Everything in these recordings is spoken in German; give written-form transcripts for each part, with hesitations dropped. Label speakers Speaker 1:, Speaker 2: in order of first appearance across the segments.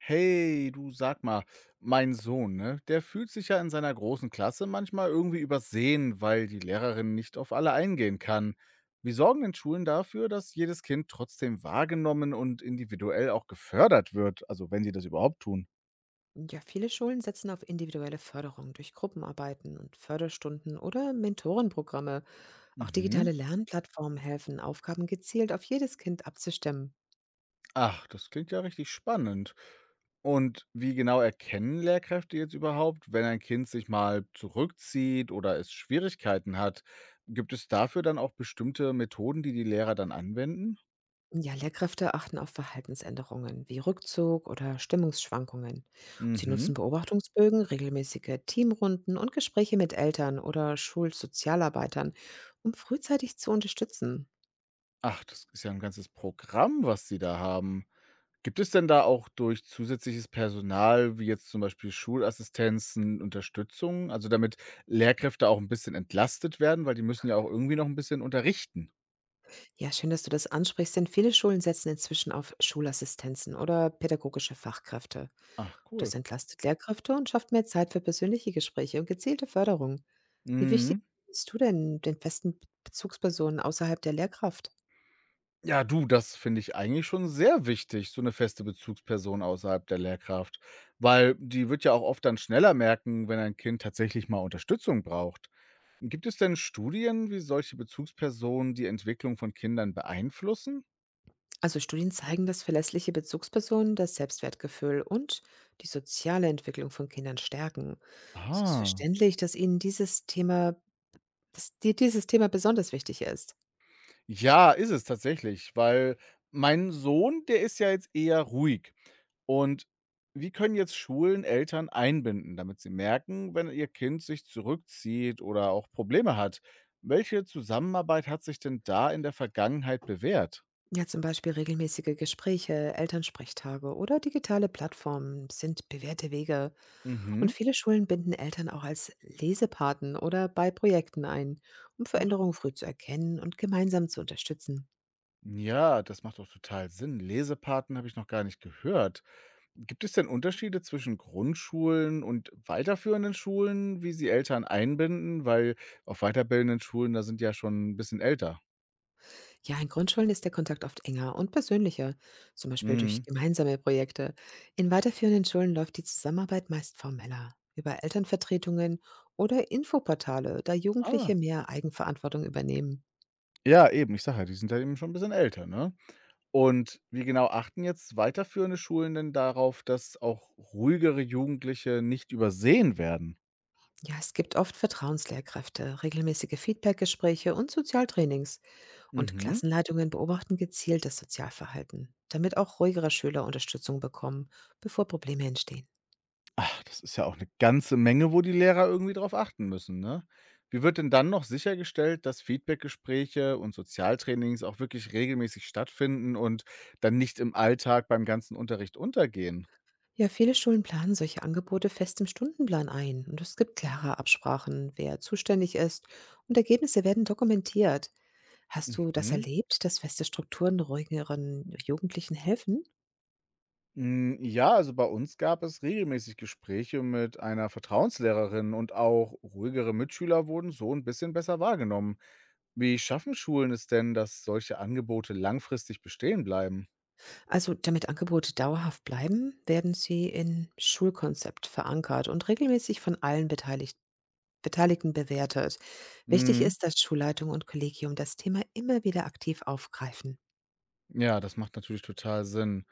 Speaker 1: Hey, du sag mal, mein Sohn, ne, der fühlt sich ja in seiner großen Klasse manchmal irgendwie übersehen, weil die Lehrerin nicht auf alle eingehen kann. Wie sorgen denn Schulen dafür, dass jedes Kind trotzdem wahrgenommen und individuell auch gefördert wird, also wenn sie das überhaupt tun?
Speaker 2: Ja, viele Schulen setzen auf individuelle Förderung durch Gruppenarbeiten und Förderstunden oder Mentorenprogramme. Auch
Speaker 1: Mhm.
Speaker 2: digitale Lernplattformen helfen, Aufgaben gezielt auf jedes Kind abzustimmen.
Speaker 1: Ach, das klingt ja richtig spannend. Und wie genau erkennen Lehrkräfte jetzt überhaupt, wenn ein Kind sich mal zurückzieht oder es Schwierigkeiten hat? Gibt es dafür dann auch bestimmte Methoden, die die Lehrer dann anwenden?
Speaker 2: Ja, Lehrkräfte achten auf Verhaltensänderungen wie Rückzug oder Stimmungsschwankungen. Sie nutzen
Speaker 1: Mhm.
Speaker 2: Beobachtungsbögen, regelmäßige Teamrunden und Gespräche mit Eltern oder Schulsozialarbeitern, um frühzeitig zu unterstützen.
Speaker 1: Ach, das ist ja ein ganzes Programm, was Sie da haben. Gibt es denn da auch durch zusätzliches Personal, wie jetzt zum Beispiel Schulassistenzen, Unterstützung? Also, damit Lehrkräfte auch ein bisschen entlastet werden, weil die müssen ja auch irgendwie noch ein bisschen unterrichten.
Speaker 2: Ja, schön, dass du das ansprichst, denn viele Schulen setzen inzwischen auf Schulassistenzen oder pädagogische Fachkräfte.
Speaker 1: Ach
Speaker 2: Das
Speaker 1: cool.
Speaker 2: entlastet Lehrkräfte und schafft mehr Zeit für persönliche Gespräche und gezielte Förderung. Wie wichtig
Speaker 1: Mhm.
Speaker 2: bist du denn den festen Bezugspersonen außerhalb der Lehrkraft?
Speaker 1: Ja, du, das finde ich eigentlich schon sehr wichtig, so eine feste Bezugsperson außerhalb der Lehrkraft, weil die wird ja auch oft dann schneller merken, wenn ein Kind tatsächlich mal Unterstützung braucht. Gibt es denn Studien, wie solche Bezugspersonen die Entwicklung von Kindern beeinflussen?
Speaker 2: Also Studien zeigen, dass verlässliche Bezugspersonen das Selbstwertgefühl und die soziale Entwicklung von Kindern stärken. Es ist
Speaker 1: Ah.
Speaker 2: verständlich, dass dir dieses Thema besonders wichtig ist.
Speaker 1: Ja, ist es tatsächlich, weil mein Sohn, der ist ja jetzt eher ruhig. Und wie können jetzt Schulen Eltern einbinden, damit sie merken, wenn ihr Kind sich zurückzieht oder auch Probleme hat? Welche Zusammenarbeit hat sich denn da in der Vergangenheit bewährt?
Speaker 2: Ja, zum Beispiel regelmäßige Gespräche, Elternsprechtage oder digitale Plattformen sind bewährte Wege. Und
Speaker 1: Mhm.
Speaker 2: viele Schulen binden Eltern auch als Lesepaten oder bei Projekten ein, um Veränderungen früh zu erkennen und gemeinsam zu unterstützen.
Speaker 1: Ja, das macht doch total Sinn. Lesepaten habe ich noch gar nicht gehört. Gibt es denn Unterschiede zwischen Grundschulen und weiterführenden Schulen, wie sie Eltern einbinden? Weil auf weiterbildenden Schulen, da sind ja schon ein bisschen älter.
Speaker 2: Ja, in Grundschulen ist der Kontakt oft enger und persönlicher, zum Beispiel durch
Speaker 1: Mhm.
Speaker 2: gemeinsame Projekte. In weiterführenden Schulen läuft die Zusammenarbeit meist formeller, über Elternvertretungen oder Infoportale, da Jugendliche
Speaker 1: Ah,
Speaker 2: mehr Eigenverantwortung übernehmen.
Speaker 1: ja, eben. Ich sage ja, die sind ja eben schon ein bisschen älter, ne? Und wie genau achten jetzt weiterführende Schulen denn darauf, dass auch ruhigere Jugendliche nicht übersehen werden?
Speaker 2: Ja, es gibt oft Vertrauenslehrkräfte, regelmäßige Feedbackgespräche und Sozialtrainings. Und
Speaker 1: Mhm.
Speaker 2: Klassenleitungen beobachten gezielt das Sozialverhalten, damit auch ruhigere Schüler Unterstützung bekommen, bevor Probleme entstehen.
Speaker 1: Ach, das ist ja auch eine ganze Menge, wo die Lehrer irgendwie drauf achten müssen, ne? Wie wird denn dann noch sichergestellt, dass Feedbackgespräche und Sozialtrainings auch wirklich regelmäßig stattfinden und dann nicht im Alltag beim ganzen Unterricht untergehen?
Speaker 2: Ja, viele Schulen planen solche Angebote fest im Stundenplan ein und es gibt klare Absprachen, wer zuständig ist und Ergebnisse werden dokumentiert. Hast du das
Speaker 1: Mhm.
Speaker 2: erlebt, dass feste Strukturen ruhigeren Jugendlichen helfen?
Speaker 1: Hm, ja, also bei uns gab es regelmäßig Gespräche mit einer Vertrauenslehrerin und auch ruhigere Mitschüler wurden so ein bisschen besser wahrgenommen. Wie schaffen Schulen es denn, dass solche Angebote langfristig bestehen bleiben?
Speaker 2: Also, damit Angebote dauerhaft bleiben, werden sie in Schulkonzept verankert und regelmäßig von allen Beteiligten bewertet. Wichtig
Speaker 1: Mhm.
Speaker 2: ist, dass Schulleitung und Kollegium das Thema immer wieder aktiv aufgreifen.
Speaker 1: Ja, das macht natürlich total Sinn.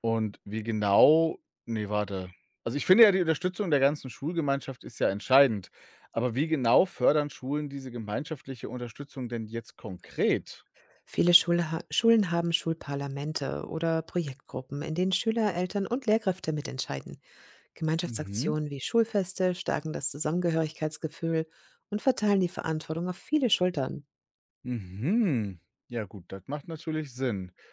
Speaker 1: Und wie genau ne, warte. Also, ich finde ja, die Unterstützung der ganzen Schulgemeinschaft ist ja entscheidend. Aber wie genau fördern Schulen diese gemeinschaftliche Unterstützung denn jetzt konkret?
Speaker 2: Viele Schulen haben Schulparlamente oder Projektgruppen, in denen Schüler, Eltern und Lehrkräfte mitentscheiden.
Speaker 1: Mhm,
Speaker 2: Gemeinschaftsaktionen wie Schulfeste stärken das Zusammengehörigkeitsgefühl und verteilen die Verantwortung auf viele Schultern.
Speaker 1: mhm. Ja gut, das macht natürlich Sinn.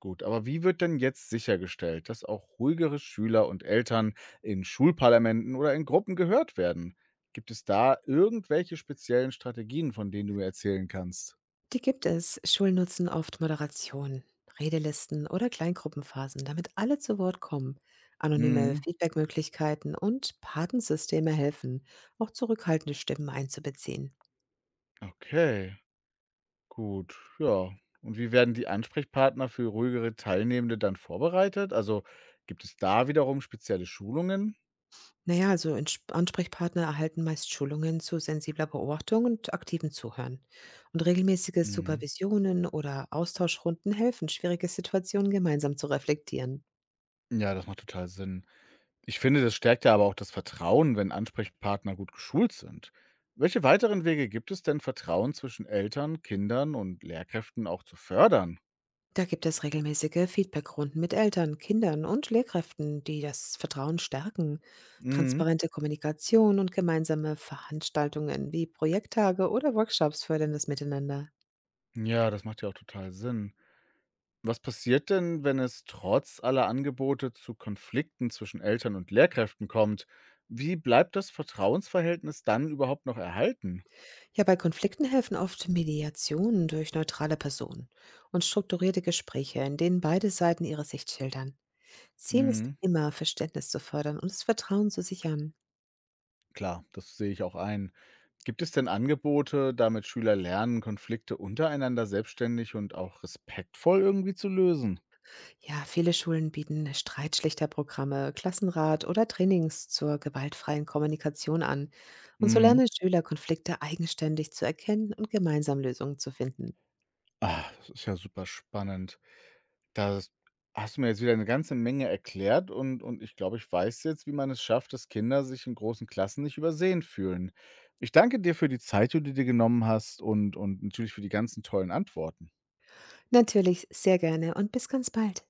Speaker 1: Gut, aber wie wird denn jetzt sichergestellt, dass auch ruhigere Schüler und Eltern in Schulparlamenten oder in Gruppen gehört werden? Gibt es da irgendwelche speziellen Strategien, von denen du mir erzählen kannst?
Speaker 2: Die gibt es. Schulen nutzen oft Moderation, Redelisten oder Kleingruppenphasen, damit alle zu Wort kommen. Anonyme
Speaker 1: Mhm,
Speaker 2: Feedbackmöglichkeiten und Patensysteme helfen, auch zurückhaltende Stimmen einzubeziehen.
Speaker 1: okay. Gut, ja. Und wie werden die Ansprechpartner für ruhigere Teilnehmende dann vorbereitet? Also gibt es da wiederum spezielle Schulungen?
Speaker 2: Naja, also Ansprechpartner erhalten meist Schulungen zu sensibler Beobachtung und aktivem Zuhören. Und regelmäßige
Speaker 1: Mhm.
Speaker 2: Supervisionen oder Austauschrunden helfen, schwierige Situationen gemeinsam zu reflektieren.
Speaker 1: Ja, das macht total Sinn. Ich finde, das stärkt ja aber auch das Vertrauen, wenn Ansprechpartner gut geschult sind. Welche weiteren Wege gibt es denn, Vertrauen zwischen Eltern, Kindern und Lehrkräften auch zu fördern?
Speaker 2: Da gibt es regelmäßige Feedbackrunden mit Eltern, Kindern und Lehrkräften, die das Vertrauen stärken.
Speaker 1: Mhm.
Speaker 2: Transparente Kommunikation und gemeinsame Veranstaltungen wie Projekttage oder Workshops fördern das Miteinander.
Speaker 1: Ja, das macht ja auch total Sinn. Was passiert denn, wenn es trotz aller Angebote zu Konflikten zwischen Eltern und Lehrkräften kommt? Wie bleibt das Vertrauensverhältnis dann überhaupt noch erhalten?
Speaker 2: Ja, bei Konflikten helfen oft Mediationen durch neutrale Personen und strukturierte Gespräche, in denen beide Seiten ihre Sicht schildern. Ziel ist
Speaker 1: Mhm,
Speaker 2: immer, Verständnis zu fördern und das Vertrauen zu sichern.
Speaker 1: klar, das sehe ich auch ein. Gibt es denn Angebote, damit Schüler lernen, Konflikte untereinander selbstständig und auch respektvoll irgendwie zu lösen?
Speaker 2: Ja, viele Schulen bieten Streitschlichterprogramme, Klassenrat oder Trainings zur gewaltfreien Kommunikation an. Und so lernen Schüler, Konflikte eigenständig zu erkennen und gemeinsam Lösungen zu finden.
Speaker 1: Ah, das ist ja super spannend. Das hast du mir jetzt wieder eine ganze Menge erklärt und ich glaube, ich weiß jetzt, wie man es schafft, dass Kinder sich in großen Klassen nicht übersehen fühlen. Ich danke dir für die Zeit, die du dir genommen hast und natürlich für die ganzen tollen Antworten.
Speaker 2: Natürlich sehr gerne und bis ganz bald.